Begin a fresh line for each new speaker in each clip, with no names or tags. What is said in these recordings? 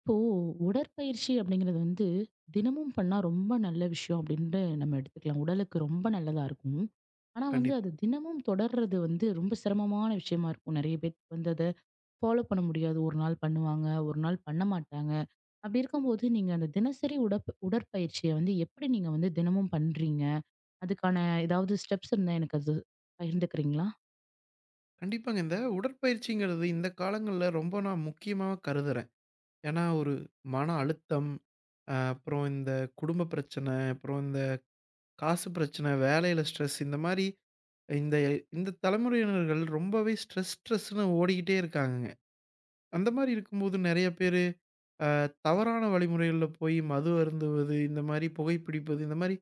இப்போ உடற்பயிற்சி அப்படிங்கிறது வந்து தினமும் பண்ணா ரொம்ப நல்ல விஷயம் அப்படின்னு நம்ம எடுத்துக்கலாம். உடலுக்கு ரொம்ப நல்லதா இருக்கும். ஆனா வந்து
கண்டிப்பா.
அது தினமும் தொடர்றது வந்து ரொம்ப சிரமமான விஷயமா இருக்கும். நெறைய பேத்துக்கு வந்து அத ஃபாலோ பண்ண முடியாது. ஒரு நாள் பண்ணுவாங்க, ஒரு நாள் பண்ண மாட்டாங்க. அப்படி இருக்கும்போது நீங்க அந்த தினசரி உடற்பயிற்சிய வந்து எப்படி நீங்க வந்து தினமும் பண்றீங்க? அதுக்கான ஏதாவது ஸ்டெப்ஸ் இருந்தா எனக்கு அது பகிர்ந்துக்கிறீங்களா?
கண்டிப்பாங்க. இந்த உடற்பயிற்சிங்கிறது இந்த காலங்கள்ல ரொம்ப நான் முக்கியமா கருதுறேன். ஏன்னா ஒரு மன அழுத்தம், அப்புறம் இந்த குடும்ப பிரச்சனை, அப்புறம் இந்த காசு பிரச்சனை, வேலையில ஸ்ட்ரெஸ் இந்த மாரி இந்த இந்த தலைமுறையினர்கள் ரொம்பவே ஸ்ட்ரெஸ் ஸ்ட்ரெஸ்ன்னு ஓடிக்கிட்டே இருக்காங்கங்க. அந்த மாரி இருக்கும்போது நெறைய பேரு அ தவறான வழிமுறைகள்ல போய் மது அருந்துவது, இந்த மாரி புகைப்பிடிப்பது, இந்த மாரி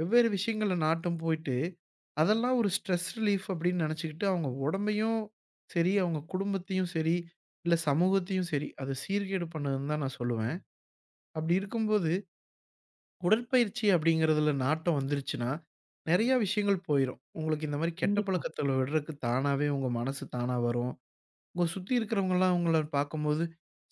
வெவ்வேறு விஷயங்கள்ல நாட்டம் போயிட்டு, அதெல்லாம் ஒரு ஸ்ட்ரெஸ் ரிலீஃப் அப்படின்னு நெனச்சுக்கிட்டு, அவங்க உடம்பையும் சரி, அவங்க குடும்பத்தையும் சரி, இல்ல சமூகத்தையும் சரி, அது சீர்கேடு பண்ணுதுன்னு தான் நான் சொல்லுவேன். அப்படி இருக்கும்போது, உடற்பயிற்சி அப்படிங்கிறதுல நாட்டம் வந்துருச்சுன்னா, நெறைய விஷயங்கள் போயிரும். உங்களுக்கு இந்த மாரி கெட்ட
கண்டிப்பா,
பழக்கத்துல விடுறக்கு தானாவே உங்க மனசு தானா வரும். உங்கள சுத்தி இருக்கிறவங்கலாம் உங்கள பார்க்கும்போது,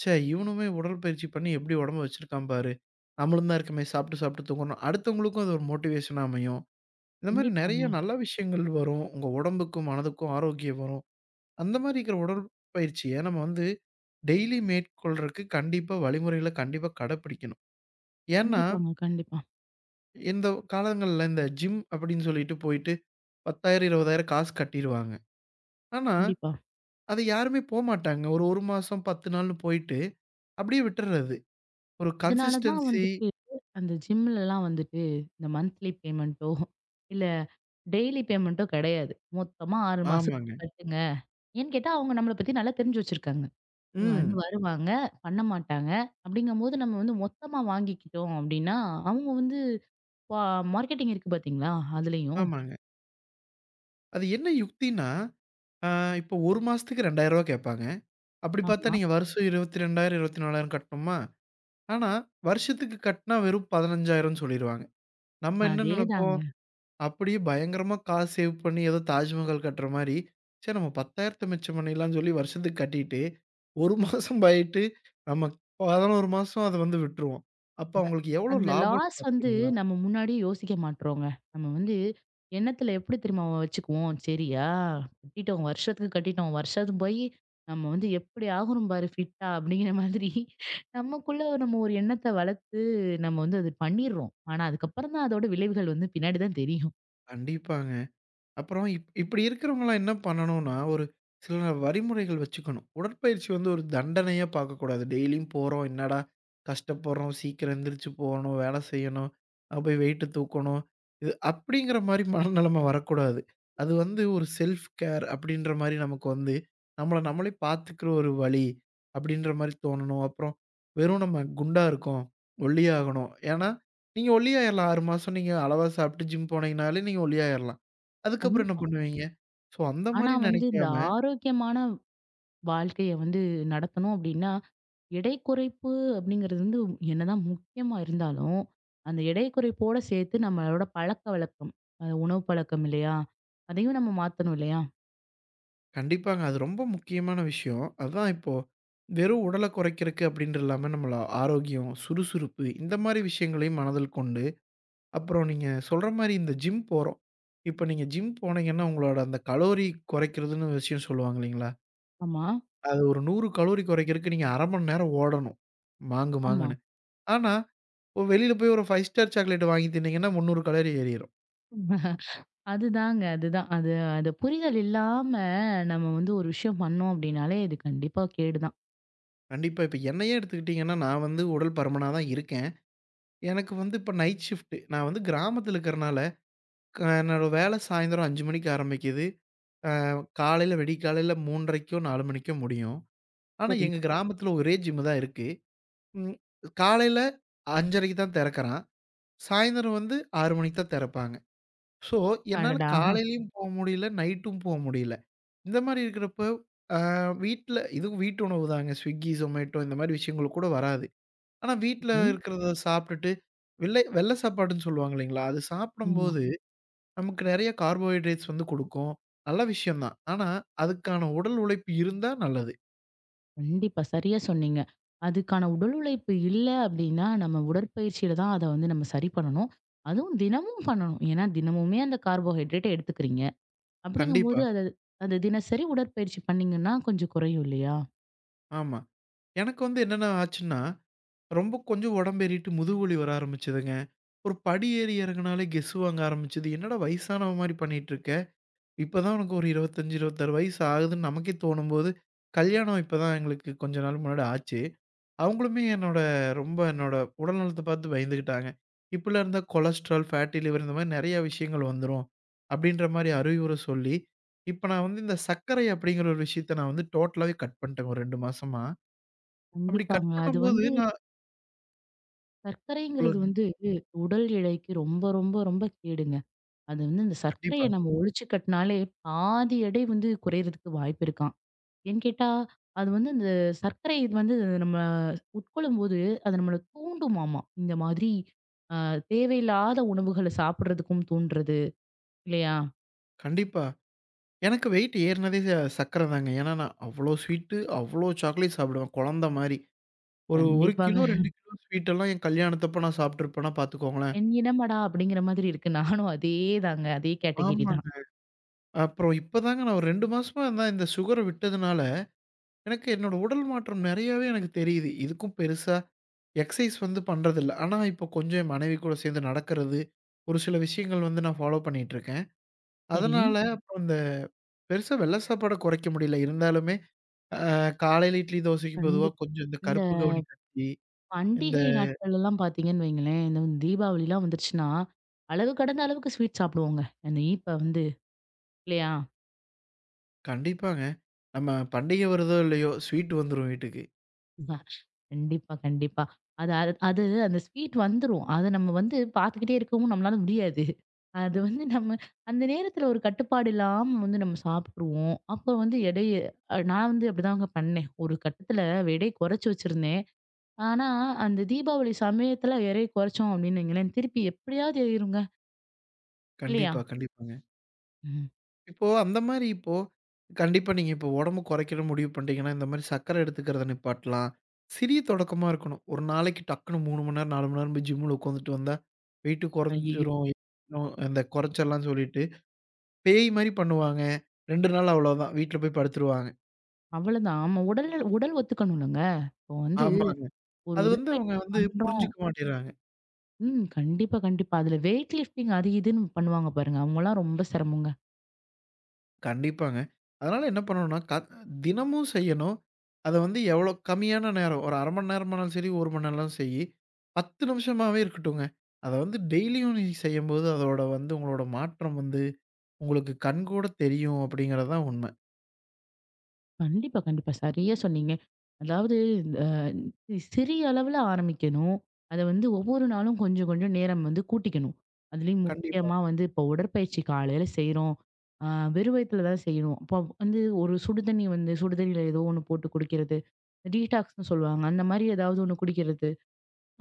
"ச்சே! இவனுமே உடற்பயிற்சி பண்ணி எப்படி உடம்ப வச்சிருக்கான் பாரு. நம்மளும் தான் இருக்கமே சாப்பிட்டு சாப்பிட்டு தூங்குறோம்." அடுத்தவங்களுக்கும் அது ஒரு மோட்டிவேஷனா அமையும். இந்த மாரி நெறைய
கண்டிப்பாங்க.
நல்ல விஷயங்கள் வரும். உங்க உடம்புக்கும், மனதுக்கும் ஆரோக்கியம் வரும். அந்த மாரி இருக்கிற உடற்பயிற்சிய நம்ம வந்து டெய்லி மேற்கொள்றக்கு கண்டிப்பா வழிமுறைகள கண்டிப்பா கடைப்பிடிக்கணும். ஏன்னா,
கண்டிப்பாங்க, கண்டிப்பா,
இந்த காலங்கள்ல இந்த ஜிம் அப்படின்னு சொல்லிட்டு போயிட்டு 10,000 20,000 காசு கட்டிருவாங்க. ஆனா,
கண்டிப்பா.
அது யாருமே போமாட்டாங்க. ஒரு 1 மாசம் 10 நாள்னு போயிட்டு அப்படியே விட்டுர்றது. ஒரு
இதனால தான்
கன்சிஸ்டன்சி
வந்துட்டு, அந்த ஜிம்லலாம் வந்துட்டு இந்த மந்த்லி பேமெண்ட்டோ, இல்ல டெய்லி பேமெண்ட்டோ கிடையாது. மொத்தமா 6
ஆமாங்க.
மாசத்துக்கு கட்டுங்க. ஏன்னு கேட்டா, அவங்க நம்மள பத்தி நல்லா தெரிஞ்சு வச்சிருக்காங்க. இவங்க வந்து
ம்.
வருவாங்க, பண்ண மாட்டாங்க. அப்படிங்கும்போது நம்ம வந்து மொத்தமா வாங்கிக்கிட்டோம் அப்படின்னா, அவங்க வந்து பா மார்க்கெட்டிங் இருக்கு பார்த்தீங்களா? அதுலயும்.
ஆமாங்க. அது என்ன யுக்தின்னா, ஆ இப்போ 1 மாசத்துக்கு ரூ. 2,000 கேட்பாங்க. அப்படி பார்த்தா
ஆமா.
நீங்க வருஷம் 22,000, 24,000 கட்டணுமா? ஆனா, வருஷத்துக்கு கட்டினா வெறும் 15,000ன்னு சொல்லிருவாங்க. நம்ம என்ன நெனைப்போம்,
அதேதாங்க.
அப்படியே பயங்கரமா காசு சேவ் பண்ணி ஏதோ தாஜ்மஹால் கட்டுற மாரி, சரி நம்ம 10,000த்த மிச்சம் பண்ணிடலாம்ன்னு சொல்லி வருஷத்துக்கு கட்டிட்டு, 1 மாசம் ஆயிட்டு நம்ம 11 மாசம் அத வந்து விட்டுருவோம். அப்ப
அ
அவங்களுக்கு எவ்வளோ
அந்த
லாபம்ன்னு
லாஸ் வந்து
பார்த்தீங்களா?
நம்ம முன்னாடியே யோசிக்க மாட்றோங்க. நம்ம வந்து எண்ணத்துல எப்படி தெரியுமா வச்சுக்குவோம்? சரியா கட்டிட்டோம், வருஷத்துக்கு கட்டிட்டோம். வருஷத்துக்கு போயி நம்ம வந்து எப்படி ஆகுறோம் பாரு ஃபிட்டா அப்படிங்கிற மாதிரி நமக்குள்ள நம்ம ஒரு எண்ணத்த வளர்த்து நம்ம வந்து அது பண்ணிர்றோம். ஆனா அதுக்கப்புறம் தான் அதோட விளைவுகள் வந்து பின்னாடி தான் தெரியும்.
கண்டிப்பாங்க. அப்புறம் இப்படி இருக்கிறவங்கலாம் என்ன பண்ணணும்னா, ஒரு சில வழிமுறைகள் வச்சுக்கணும். உடற்பயிற்சி வந்து ஒரு தண்டனையா பார்க்கக்கூடாது. டெய்லியும் போறோம், என்னடா கஷ்டப்படுறோம், சீக்கிரம் எந்திரிச்சு போகணும், வேலை செய்யணும், போய் வெயிட்டு தூக்கணும். இது அப்படிங்கிற மாரி மனநிலைமை வரக்கூடாது. அது வந்து ஒரு செல்ஃப் கேர் அப்படின்ற மாரி நமக்கு வந்து, நம்மள நம்மளே பார்த்துக்கிற ஒரு வழி அப்படின்ற மாரி தோணணும். அப்புறம் வெறும் நம்ம குண்டா இருக்கோம், ஒல்லியாகணும். ஏன்னா, நீங்க ஒல்லியாயிரலாம் 6 மாசம் நீங்க அளவா சாப்பிட்டு ஜிம் போனீங்கனாலே நீங்க ஒல்லியாயிரலாம். அதுக்கப்புறம் என்ன
கண்டிப்பா.
பண்ணுவீங்க? ஸோ அந்த
ஆனா
மாரி
வந்து இந்த
நெனைக்காம,
ஆரோக்கியமான வாழ்க்கைய வந்து நடத்தணும் அப்படின்னா, எடை குறைப்பு அப்படிங்கிறது வந்து என்னதான் முக்கியமா இருந்தாலும், அந்த எடை குறைப்போட சேர்த்து நம்மளோட பழக்கவழக்கம், அது உணவு பழக்கம் இல்லையா? அதையும் நம்ம மாத்தணும் இல்லையா?
கண்டிப்பாங்க. அது ரொம்ப முக்கியமான விஷயம். அதான் இப்போ வெறும் உடல குறைக்கிறக்கு அப்டின்ட்டு இல்லாம, நம்மள ஆரோக்கியம், சுறுசுறுப்பு இந்த மாரி விஷயங்களையும் மனதில் கொண்டு, அப்புறம் நீங்க சொல்ற மாரி இந்த ஜிம் போறோம். இப்ப நீங்க ஜிம் போனீங்கன்னா, உங்களோட அந்த கலோரி குறைக்கிறதுன்னு விஷயம் சொல்லுவாங்க இல்லைங்களா?
ஆமா.
அது ஒரு 100 கலோரி குறைக்கிறக்கு நீங்க 1/2 மணி நேரம் ஓடணும். மாங்கு
ஆமா.
மாங்குன்னு. ஆனா, இப்போ வெளில போய் ஒரு 5 ஸ்டார் சாக்லேட் வாங்கி தின்னீங்கன்னா, 300 கலோரி ஏறிரும்.
அதுதாங்க, அதுதான். அது அது புரிதல் இல்லாம நம்ம வந்து ஒரு விஷயம் பண்ணோம் அப்படின்னாலே, இது கண்டிப்பா கேடுதான்.
கண்டிப்பா இப்ப என்னையே எடுத்துக்கிட்டீங்கன்னா, நான் வந்து உடல் பருமனா தான் இருக்கேன். எனக்கு வந்து இப்ப நைட் ஷிஃப்ட். நான் வந்து கிராமத்துல இருக்கிறனால, என்னோட வேலை சாயந்தரம் 5 மணிக்கு ஆரம்பிக்குது. அ காலையில விடியற்காலையில 3:30க்கோ, 4 மணிக்கோ முடியும். ஆனா,
சரி.
எங்க சரி. கிராமத்துல ஒரே ஜிம் தான் இருக்கு. ம் காலையில 5:30க்கு தான் திறக்கிறான். சாயந்தரம் வந்து 6 மணிக்கு தான் திறப்பாங்க. ஸோ, என்னால சரி.
அடடா!
காலையிலயும் போ முடியல, நைட்டும் போ முடியல. இந்த மாரி இருக்கிறப்ப, அ வீட்ல இதுவும் வீட்டு உணவு தாங்க. Swiggy, Zomato இந்த மாரி விஷயங்கள் கூட வராது. ஆனா வீட்ல
ம்.
இருக்கிறத சாப்பிட்டுட்டு, வெள்ளை வெள்ள சாப்பாடுன்னு சொல்லுவாங்க இல்லைங்களா? அது
ஆமா.
சாப்பிடும்போது, நமக்கு நெறைய கார்போஹைட்ரேட்ஸ் வந்து குடுக்கும். நல்ல விஷயம் தான். ஆனா, அதுக்கான உடல் உழைப்பு இருந்தா நல்லது.
கண்டிப்பா. சரியா சொன்னீங்க. அதுக்கான உடல் உழைப்பு இல்ல அப்டின்னா, நம்ம உடற்பயிற்சியில தான் அத வந்து நம்ம சரி பண்ணணும். அதுவும் தினமும் பண்ணணும். ஏன்னா, தினமுமே அந்த கார்போஹைட்ரேட்ட எடுத்துக்கிறீங்க. அப்படிங்கும்போது
கண்டிப்பா.
அத அந்த தினசரி உடற்பயிற்சி பண்ணீங்கன்னா, கொஞ்சம் குறையும் இல்லையா?
ஆமா. எனக்கு வந்து என்னென்ன ஆச்சுன்னா, ரொம்ப கொஞ்சம் உடம்பு ஏறிட்டு முதுகு வலி வர ஆரம்பிச்சதுங்க. ஒரு படி ஏறி இறங்குனாலே கெஸ் வாங்க ஆரம்பிச்சது. என்னடா வயசானவ மாரி பண்ணிட்டுருக்க? இப்பதான் உனக்கு ஒரு 25, 26 வயசு ஆகுதுன்னு நமக்கே தோணும்போது, கல்யாணம் இப்பதான் எங்களுக்கு கொஞ்ச நாள் முன்னாடி ஆச்சு. அவங்களுமே என்னோட என்னோட உடல் நலத்த பார்த்து பயந்துகிட்டாங்க. "இப்படிலாம் இருந்தா கொலஸ்ட்ரால், ஃபேட்டி லிவர் இந்த மாரி நெறைய விஷயங்கள் வந்துரும்." அப்படின்ற மாரி அறிவுர சொல்லி, இப்ப நான் வந்து இந்த சர்க்கரை அப்படிங்கிற ஒரு விஷயத்த நான் வந்து டோட்டலாவே கட் பண்ணிட்டேங்க ஒரு 2 மாசமா. அப்படி கட்
கண்டிப்பாங்க. அது
பண்ணும்போது
வந்து
நான்
சர்க்கரைங்கிறது
சொல்லுங்க.
வந்து உடல் எடைக்கு ரொம்ப, ரொம்ப, ரொம்ப கேடுங்க. அது வந்து இந்த
கண்டிப்பா,
சர்க்கரைய நம்ம ஒழிச்சு கட்னாலே பாதி எடை வந்து குறையறதுக்கு வாய்ப்பு இருக்காம். ஏன்னு கேட்டா, அது வந்து இந்த சர்க்கரை இது வந்து நம்ம உட்கொள்ளும்போது, அது நம்மள தூண்டுமாமா. இந்த மாதிரி அ தேவையில்லாத உணவுகள சாப்பிடுறதுக்கும் தூண்டுறது இல்லையா?
கண்டிப்பா. எனக்கு வெயிட் ஏறுனதே சர்க்கரை தாங்க. ஏன்னா நான் அவ்வளோ ஸ்வீட்டு, அவ்வளோ சாக்லேட் சாப்பிடுவேன் குழந்த மாரி. ஒரு 1 கிலோ,
கண்டிப்பாங்க.
2 கிலோ ஸ்வீட்டெல்லாம் என் கல்யாணத்தப்ப நான் சாப்பிட்டுருப்பேன்னா பார்த்துக்கோங்களேன்.
என் இனமடா! அப்படிங்கிற மாதிரி இருக்கு. நானும் அதே தாங்க. அதே கேட்டகிரி
ஆமா.
தான்.
அப்புறம் இப்பதாங்க நான் ஒரு 2 மாசமா தான் இந்த சுகர விட்டதுனால, எனக்கு என்னோட உடல் மாற்றம் நெறையாவே எனக்கு தெரியுது. இதுக்கும் பெருசா எக்சைஸ் வந்து பண்றதில்ல. ஆனா, இப்போ கொஞ்சம் என் மனைவி கூட சேர்ந்து நடக்கிறது, ஒரு சில விஷயங்கள் வந்து நான் ஃபாலோ பண்ணிட்டுருக்கேன்.
சரி.
அதனால ம். அப்புறம் இந்த பெருசா வெள்ள சாப்பாட குறைக்க முடியல. இருந்தாலுமே காலையில இட்லி, தோசைக்கு பதுவா
கண்டிப்பா.
கொஞ்சம் இந்த
இந்த
கருப்பு கவுனி கஞ்சி, இந்த
பண்டிகை நாட்கள்லலாம் பார்த்தீங்கன்னு வைங்களேன், இந்த தீபாவளிலாம் வந்துருச்சுன்னா, அளவு கடந்த அளவுக்கு ஸ்வீட் சாப்பிடுவோங்க. அந்த இனிப்ப வந்து இல்லையா?
கண்டிப்பாங்க. நம்ம பண்டிகை வருதோ இல்லையோ, ஸ்வீட் வந்துரும் வீட்டுக்கு.
கண்டிப்பா, கண்டிப்பா. அது அது அது அந்த ஸ்வீட் வந்துரும். அத நம்ம வந்து பார்த்துக்கிட்டே இருக்கவும் நம்மளால முடியாது. அது வந்து நம்ம அந்த நேரத்துல ஒரு கட்டுப்பாடு இல்லாம வந்து நம்ம சாப்பிட்டுருவோம். அப்போ வந்து எடைய நான் வந்து அப்படிதாங்க பண்ணேன். ஒரு கட்டத்துல எடை குறைச்சு வச்சிருந்தேன். ஆனா, அந்த தீபாவளி சமயத்துல எடைய குறைச்சோம் அப்படின்னு வைங்களேன், திருப்பி எப்படியாவது ஏறிருங்க. இல்லையா?
கண்டிப்பா, கண்டிப்பாங்க.
ம்.
இப்போ அந்த மாரி இப்போ கண்டிப்பா நீங்க இப்போ உடம்பு குறைக்கணும்னு முடிவு பண்ணிட்டீங்கன்னா, இந்த மாரி சர்க்கரை எடுத்துக்கிறத நிப்பாட்டலாம். சிறிய தொடக்கமா இருக்கணும். ஒரு நாளைக்கு டக்குனு 3 மணி நேரம், 4 மணி நேரம் போய் ஜிம்முல உட்காந்துட்டு வந்தா, வெயிட்டு
ஐயய்யோ!
குறைஞ்சிரும். ஏறும், இந்த குறைச்சிடலாம்னு சொல்லிட்டு, பேய் மாரி பண்ணுவாங்க. 2 நாள் அவ்வளோதான். வீட்ல போய் படுத்துருவாங்க.
அவ்வளதான். நம்ம உடல் உடல் ஒத்துக்கணும்லங்க. இப்போ வந்து
ஆமாங்க.
ஒரு
அது வந்து அவங்க
உடற்பயிற்சி
வந்து
பண்றோம்
புரிஞ்சுக்க மாட்டேங்கிறாங்க.
ம். கண்டிப்பா, கண்டிப்பா. அதுல வெயிட் லிஃப்டிங் அது இதுன்னு பண்ணுவாங்க பாருங்க. அவங்கலாம் ரொம்ப சிரமங்க.
கண்டிப்பாங்க. அதனால என்ன பண்ணணும்னா, தினமும் செய்யணும். அத வந்து எவ்வளோ கம்மியான நேரம், ஒரு 1/2 மணி நேரமானாலும் சரி, 1 மணி நேரம் செய். 10 நிமிஷமாவே இருக்கட்டுங்க. அத வந்து டெய்லியும் நீ செய்யும்போது, அதோட வந்து உங்களோட மாற்றம் வந்து உங்களுக்கு கண்கூட தெரியும் அப்படிங்கிறது தான் உண்மை.
கண்டிப்பா, கண்டிப்பா. சரியா சொன்னீங்க. அதாவது அ சிறிய அளவுல ஆரம்பிக்கணும். அத வந்து ஒவ்வொரு நாளும் கொஞ்சம், கொஞ்சம் நேரம் வந்து கூட்டிக்கணும். அதுலயும்
கண்டிப்பா,
முக்கியமா வந்து இப்போ உடற்பயிற்சி காலையில செய்றோம். அ வெறும் வயித்துல தான் செய்யணும். அப்போ வந்து ஒரு சுடு தண்ணி வந்து சுடு தண்ணியில ஏதோ ஒண்ணு போட்டு குடிக்கிறது. டீடாக்ஸ்ன்னு சொல்லுவாங்க. அந்த மாரி ஏதாவது ஒண்ணு குடிக்கிறது.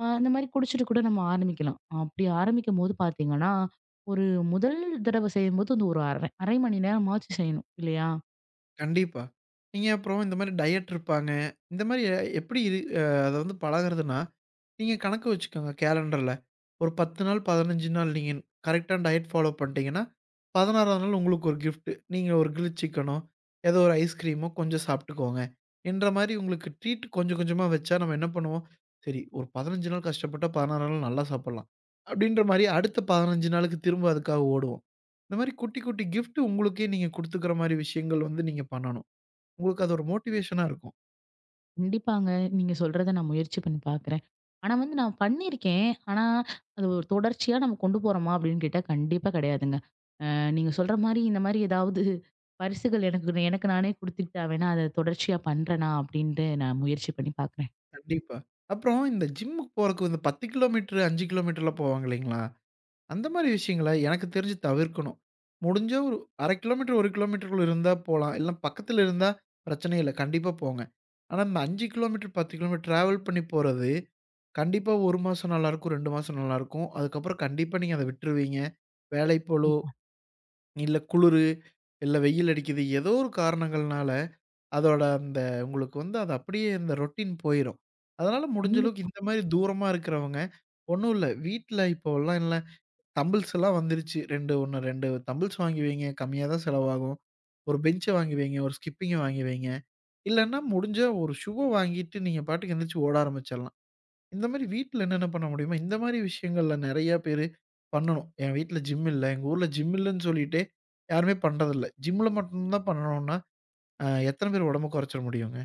அந்த மாரி குடிச்சிட்டு கூட நம்ம ஆரம்பிக்கலாம். அப்படி ஆரம்பிக்கும்போது பார்த்தீங்கன்னா, ஒரு முதல் தடவ செய்யும்போது வந்து ஒரு அரை அரை மணி நேரமாச்சு செய்யணும் இல்லையா?
கண்டிப்பா. நீங்க அப்புறம் இந்த மாரி டயட் இருப்பாங்க. இந்த மாரி எப்படி இரு அ அத வந்து பழகுறதுன்னா, நீங்க கணக்கு வச்சுக்கோங்க கேலண்டர்ல. ஒரு 10 நாள், 15 நாள் நீங்க கரெக்ட்டா டயட் ஃபாலோ பண்ணிட்டீங்கன்னா, 16வது நாள் உங்களுக்கு ஒரு கிஃப்ட். நீங்க ஒரு கிரில் சிக்கனோ, ஏதோ ஒரு ஐஸ்கிரீமோ கொஞ்சம் சாப்பிட்டுக்கோங்க. என்ற மாரி உங்களுக்கு ட்ரீட் கொஞ்சம் கொஞ்சமா வச்சா நம்ம என்ன பண்ணுவோம், சரி ஒரு 15 நாள் கஷ்டப்பட்டா 16 நாள் நல்லா சாப்பிடலாம். அப்படின்ற மாரி அடுத்த 15 நாளுக்கு திரும்ப அதுக்காக ஓடுவோம். இந்த மாரி குட்டி குட்டி கிஃப்ட் உங்களுக்கே நீங்க குடுத்துக்கிற மாரி விஷயங்கள் வந்து நீங்க பண்ணணும். உங்களுக்கு அது ஒரு மோட்டிவேஷனா இருக்கும்.
கண்டிப்பாங்க. நீங்க சொல்றத நான் முயற்சி பண்ணி பார்க்குறேன். ஆனா வந்து நான் பண்ணியிருக்கேன். ஆனா அது ஒரு தொடர்ச்சியா நம்ம கொண்டு போறோமா அப்படின்னு கேட்டா கண்டிப்பா கிடையாதுங்க. அ நீங்க சொல்ற மாரி இந்த மாரி ஏதாவது பரிசுகள் எனக்கு எனக்கு நானே குடுத்துக்கிட்டா வேணா அத தொடர்ச்சியா பண்றேனா அப்படின்ட்டு நான் முயற்சி பண்ணி பார்க்குறேன்.
கண்டிப்பா. அப்புறம் இந்த ஜிம்முக்கு போறக்கு இந்த 10 கிலோமீட்டர், 5 கிலோமீட்டர்லாம் போவாங்க இல்லைங்களா? அந்த மாரி விஷயங்கள எனக்கு தெரிஞ்சு தவிர்க்கணும். முடிஞ்சா ஒரு 1/2 கிலோமீட்டர், 1 கிலோமீட்டருக்குள்ள இருந்தா போலாம். இல்ல பக்கத்துல இருந்தா பிரச்சனை இல்ல. கண்டிப்பா போங்க. ஆனா இந்த 5 கிலோமீட்டர், 10 கிலோமீட்டர் டிராவல் பண்ணி போறது, கண்டிப்பா 1 மாசம் நல்லாயிருக்கும், 2 மாசம் நல்லாயிருக்கும். அதுக்கப்புறம் கண்டிப்பா நீங்க அத விட்டுருவீங்க. வேலைப்பளு,
கண்டிப்பா.
இல்ல குளுரு, இல்ல வெயில் அடிக்குது. ஏதோ ஒரு காரணங்கள்னால அதோட அந்த உங்களுக்கு வந்து அது அப்படியே அந்த ரொட்டீன் போயிரும். அதனால முடிஞ்ச அளவுக்கு
கண்டிப்பா.
இந்த மாரி தூரமா இருக்கிறவங்க, ஒண்ணும் இல்ல வீட்ல இப்போலாம் இல்ல தம்பிள்ஸ் எல்லாம் வந்துருச்சு. 2 1 2 தம்பிள்ஸ் வாங்கி வைங்க. கம்மியா தான் செலவாகும். ஒரு பெஞ்ச வாங்கி வைங்க, ஒரு ஸ்கிப்பிங்க வாங்கி வைங்க. இல்லன்னா முடிஞ்சா ஒரு ஷூவ வாங்கிட்டு நீங்க பாட்டுக்கு எந்திரிச்சு ஓட ஆரம்பிச்சிடலாம். இந்த மாரி வீட்ல என்னென்ன பண்ண முடியுமோ, இந்த மாரி விஷயங்கள்ல நெறைய பேரு பண்ணணும். என் வீட்ல ஜிம் இல்ல. எங்க ஊர்ல ஜிம் இல்லன்னு சொல்லிட்டே யாருமே பண்றதில்ல. ஜிம்ல மட்டும் தான் பண்ணணும்னா, அ எத்தன பேர் உடம்ப கொறைச்சிட முடியுங்க?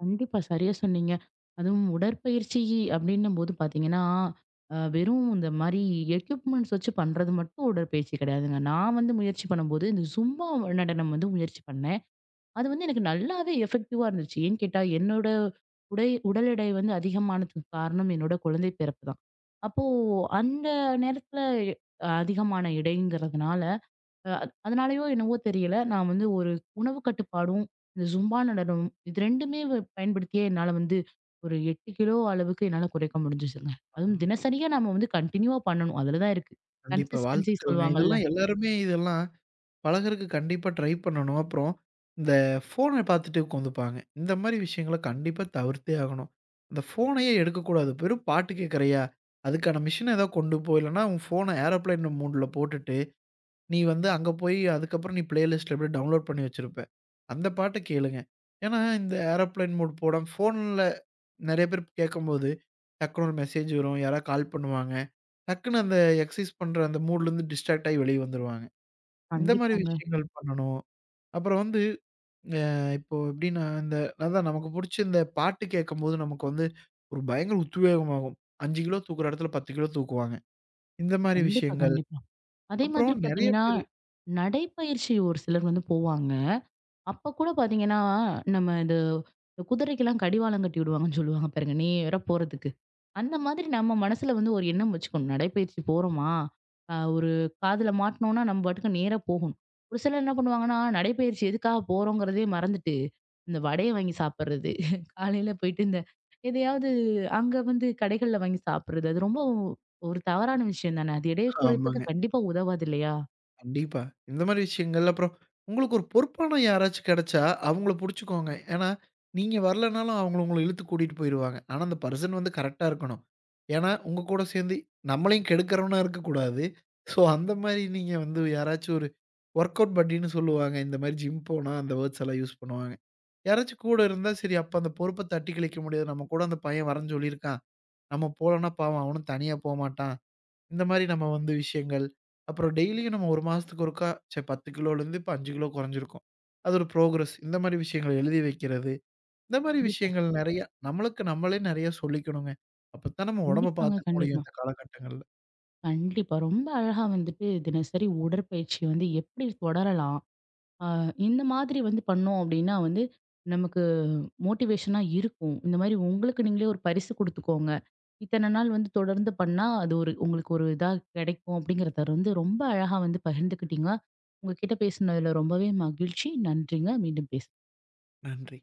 கண்டிப்பா. சரியா சொன்னீங்க. அதுவும் உடற்பயிற்சி அப்படின்னும்போது பார்த்தீங்கன்னா, வெறும் இந்த மாரி எக்யூப்மெண்ட்ஸ் வச்சு பண்றது மட்டும் உடற்பயிற்சி கிடையாதுங்க. நான் வந்து முயற்சி பண்ணும்போது, இந்த ஜும்பா நடனம் வந்து முயற்சி பண்ணேன். அது வந்து எனக்கு நல்லாவே எஃபெக்டிவா இருந்துச்சு. ஏன்னு கேட்டா, என்னோட உடல் எடை வந்து அதிகமானதுக்கு காரணம் என்னோட குழந்தை பிறப்பு தான். அப்போ அந்த நேரத்துல அதிகமான எடைங்கிறதுனால அ அத் அதனாலயோ என்னவோ தெரியல. நான் வந்து ஒரு உணவு கட்டுப்பாடும், இந்த ஜும்பா நடனம் இது 2மே வ பயன்படுத்தியே என்னால வந்து ஒரு 8 கிலோ அளவுக்கு என்னால குறைக்க முடிஞ்சுச்சுங்க. அதுவும் தினசரியா நம்ம வந்து கன்டின்யூவா பண்ணணும். அதுல தான் இருக்கு.
கண்டிப்பா.
கன்சிஸ்டன்சி
வாழ்த்துக்கள்ங்க.
சொல்லுவாங்கல்ல.
இதெல்லாம் எல்லாருமே இதெல்லாம் பழகுறக்கு கண்டிப்பா ட்ரை பண்ணணும். அப்புறம் இந்த ஃபோன பார்த்துட்டு உட்காந்துப்பாங்க. இந்த மாரி விஷயங்கள கண்டிப்பா தவிர்த்தே ஆகணும். அந்த ஃபோனையே எடுக்கக்கூடாது. வெறும் பாட்டு கேட்கறியா? அதுக்கான மிஷின ஏதோ கொண்டு போ. இல்லன்னா உன் ஃபோன ஏரோப்ளேன் மோட்ல போட்டுட்டு, நீ வந்து அங்க போய் அதுக்கப்புறம் நீ பிளேலிஸ்ட்ல அப்படியே டவுன்லோட் பண்ணி வச்சிருப்ப. அந்த பாட்ட கேளுங்க. ஏன்னா இந்த ஏரோப்ளேன் மோட் போடாம ஃபோன்ல நெறைய பேர் கேட்கும்போது, டக்குனு ஒரு மெசேஜ் வரும். யாராவது கால் பண்ணுவாங்க. டக்குனு அந்த எக்சர்சைஸ் பண்ற அந்த மூட்லருந்து டிஸ்ட்ராக்ட் ஆயி வெளிய வந்துருவாங்க. இந்த மாரி
கண்டிப்பாங்க.
விஷயங்கள் பண்ணணும். அப்புறம் வந்து அ இப்போ எப்படின்னா, இந்த அதான் நமக்கு புடிச்ச இந்த பாட்டு கேட்கும்போது நமக்கு வந்து ஒரு பயங்கர உத்வேகமாகும். 5 கிலோ தூக்குற இடத்துல 10 கிலோ தூக்குவாங்க. இந்த மாரி
கண்டிப்பா,
விஷயங்கள்.
கண்டிப்பா. அதே மாதிரி
அப்புறம் நெறைய
பார்த்தீங்கன்னா,
பேரு
நடைப்பயிற்சி ஒரு சிலர் வந்து போவாங்க. அப்ப கூட பார்த்தீங்கன்னா, நம்ம இந்த இந்த குதிரைக்கெல்லாம் கடிவாளம் கட்டி விடுவாங்கன்னு சொல்லுவாங்க பாருங்க, நேரா போறதுக்கு. அந்த மாதிரி நம்ம மனசுல வந்து ஒரு எண்ணம் வச்சுக்கணும். நடைப்பயிற்சி போறோமா, ஒரு காதுல மாட்டுனோம்னா, நம்ம பாட்டுக்கு நேரா போகணும். ஒரு சிலர் என்ன பண்ணுவாங்கன்னா, நடைப்பயிற்சி எதுக்காக போறோங்கிறதே மறந்துட்டு, இந்த வடைய வாங்கி சாப்பிடுறது. காலையில போயிட்டு இந்த எதையாவது அங்க வந்து கடைகள்ல வாங்கி சாப்பிடுறது. அது ரொம்ப ஒரு தவறான விஷயம் தானே! அது எடைய குறைப்புக்கு
ஆமாங்க.
கண்டிப்பா உதவாது இல்லையா?
கண்டிப்பா. இந்த மாரி விஷயங்கள் அப்புறம் உங்களுக்கு ஒரு பொறுப்பான யாராச்சும் கிடைச்சா, அவங்கள புடிச்சுக்கோங்க. ஏன்னா, நீங்க வரலனாலும் அவங்கள உங்கள இழுத்து கூட்டிட்டு போயிருவாங்க. ஆனா, அந்த பர்சன் வந்து கரெக்ட்டா இருக்கணும். ஏன்னா, உங்க கூட சேர்ந்து நம்மளையும் கெடுக்கிறவனா இருக்கக்கூடாது. ஸோ, அந்த மாரி நீங்க வந்து யாராச்சும் ஒரு ஒர்க் அவுட் பட்டின்னு சொல்லுவாங்க. இந்த மாரி ஜிம் போனா அந்த வேர்ட்ஸ் எல்லாம் யூஸ் பண்ணுவாங்க. யாராச்சும் கூட இருந்தா சரி, அப்ப அந்த பொறுப்ப தட்டி கழிக்க முடியாது. நம்ம கூட அந்த பையன் வரேன்னு சொல்லியிருக்கான். நம்ம போலன்னா பாவம் அவனும் தனியா போமாட்டான். இந்த மாரி நம்ம வந்து விஷயங்கள். அப்புறம் டெய்லியும் நம்ம 1 மாசத்துக்கு ஒருக்கா 10 கிலோலேருந்து இப்ப 5 கிலோ குறைஞ்சிருக்கோம். அது ஒரு புரோகிரஸ். இந்த மாரி விஷயங்கள எழுதி வைக்கிறது. இந்த மாரி
கண்டிப்பா.
விஷயங்கள் நெறையா நம்மளுக்கு நம்மளே நெறையா சொல்லிக்கணுங்க. அப்பத்தான் நம்ம உடம்ப
கண்டிப்பாங்க.
பார்த்துக்க முடியும்
கண்டிப்பா.
இந்த காலகட்டங்கள்ல.
கண்டிப்பா. ரொம்ப அழகா வந்துட்டு தினசரி உடற்பயிற்சி வந்து எப்படி தொடரலாம்? ஆ, இந்த மாதிரி வந்து பண்ணோம் அப்படின்னா வந்து நமக்கு மோட்டிவேஷனா இருக்கும். இந்த மாதிரி உங்களுக்கு நீங்களே ஒரு பரிசு குடுத்துக்கோங்க. இத்தன நாள் வந்து தொடர்ந்து பண்ணா, அது ஒரு உங்களுக்கு ஒரு இதா கிடைக்கும் அப்படிங்கிறத வந்து ரொம்ப அழகா வந்து பகிர்ந்துக்கிட்டீங்க. உங்ககிட்ட பேசினதுல ரொம்பவே மகிழ்ச்சி. நன்றிங்க. மீண்டும் பேசலாம்.
நன்றி.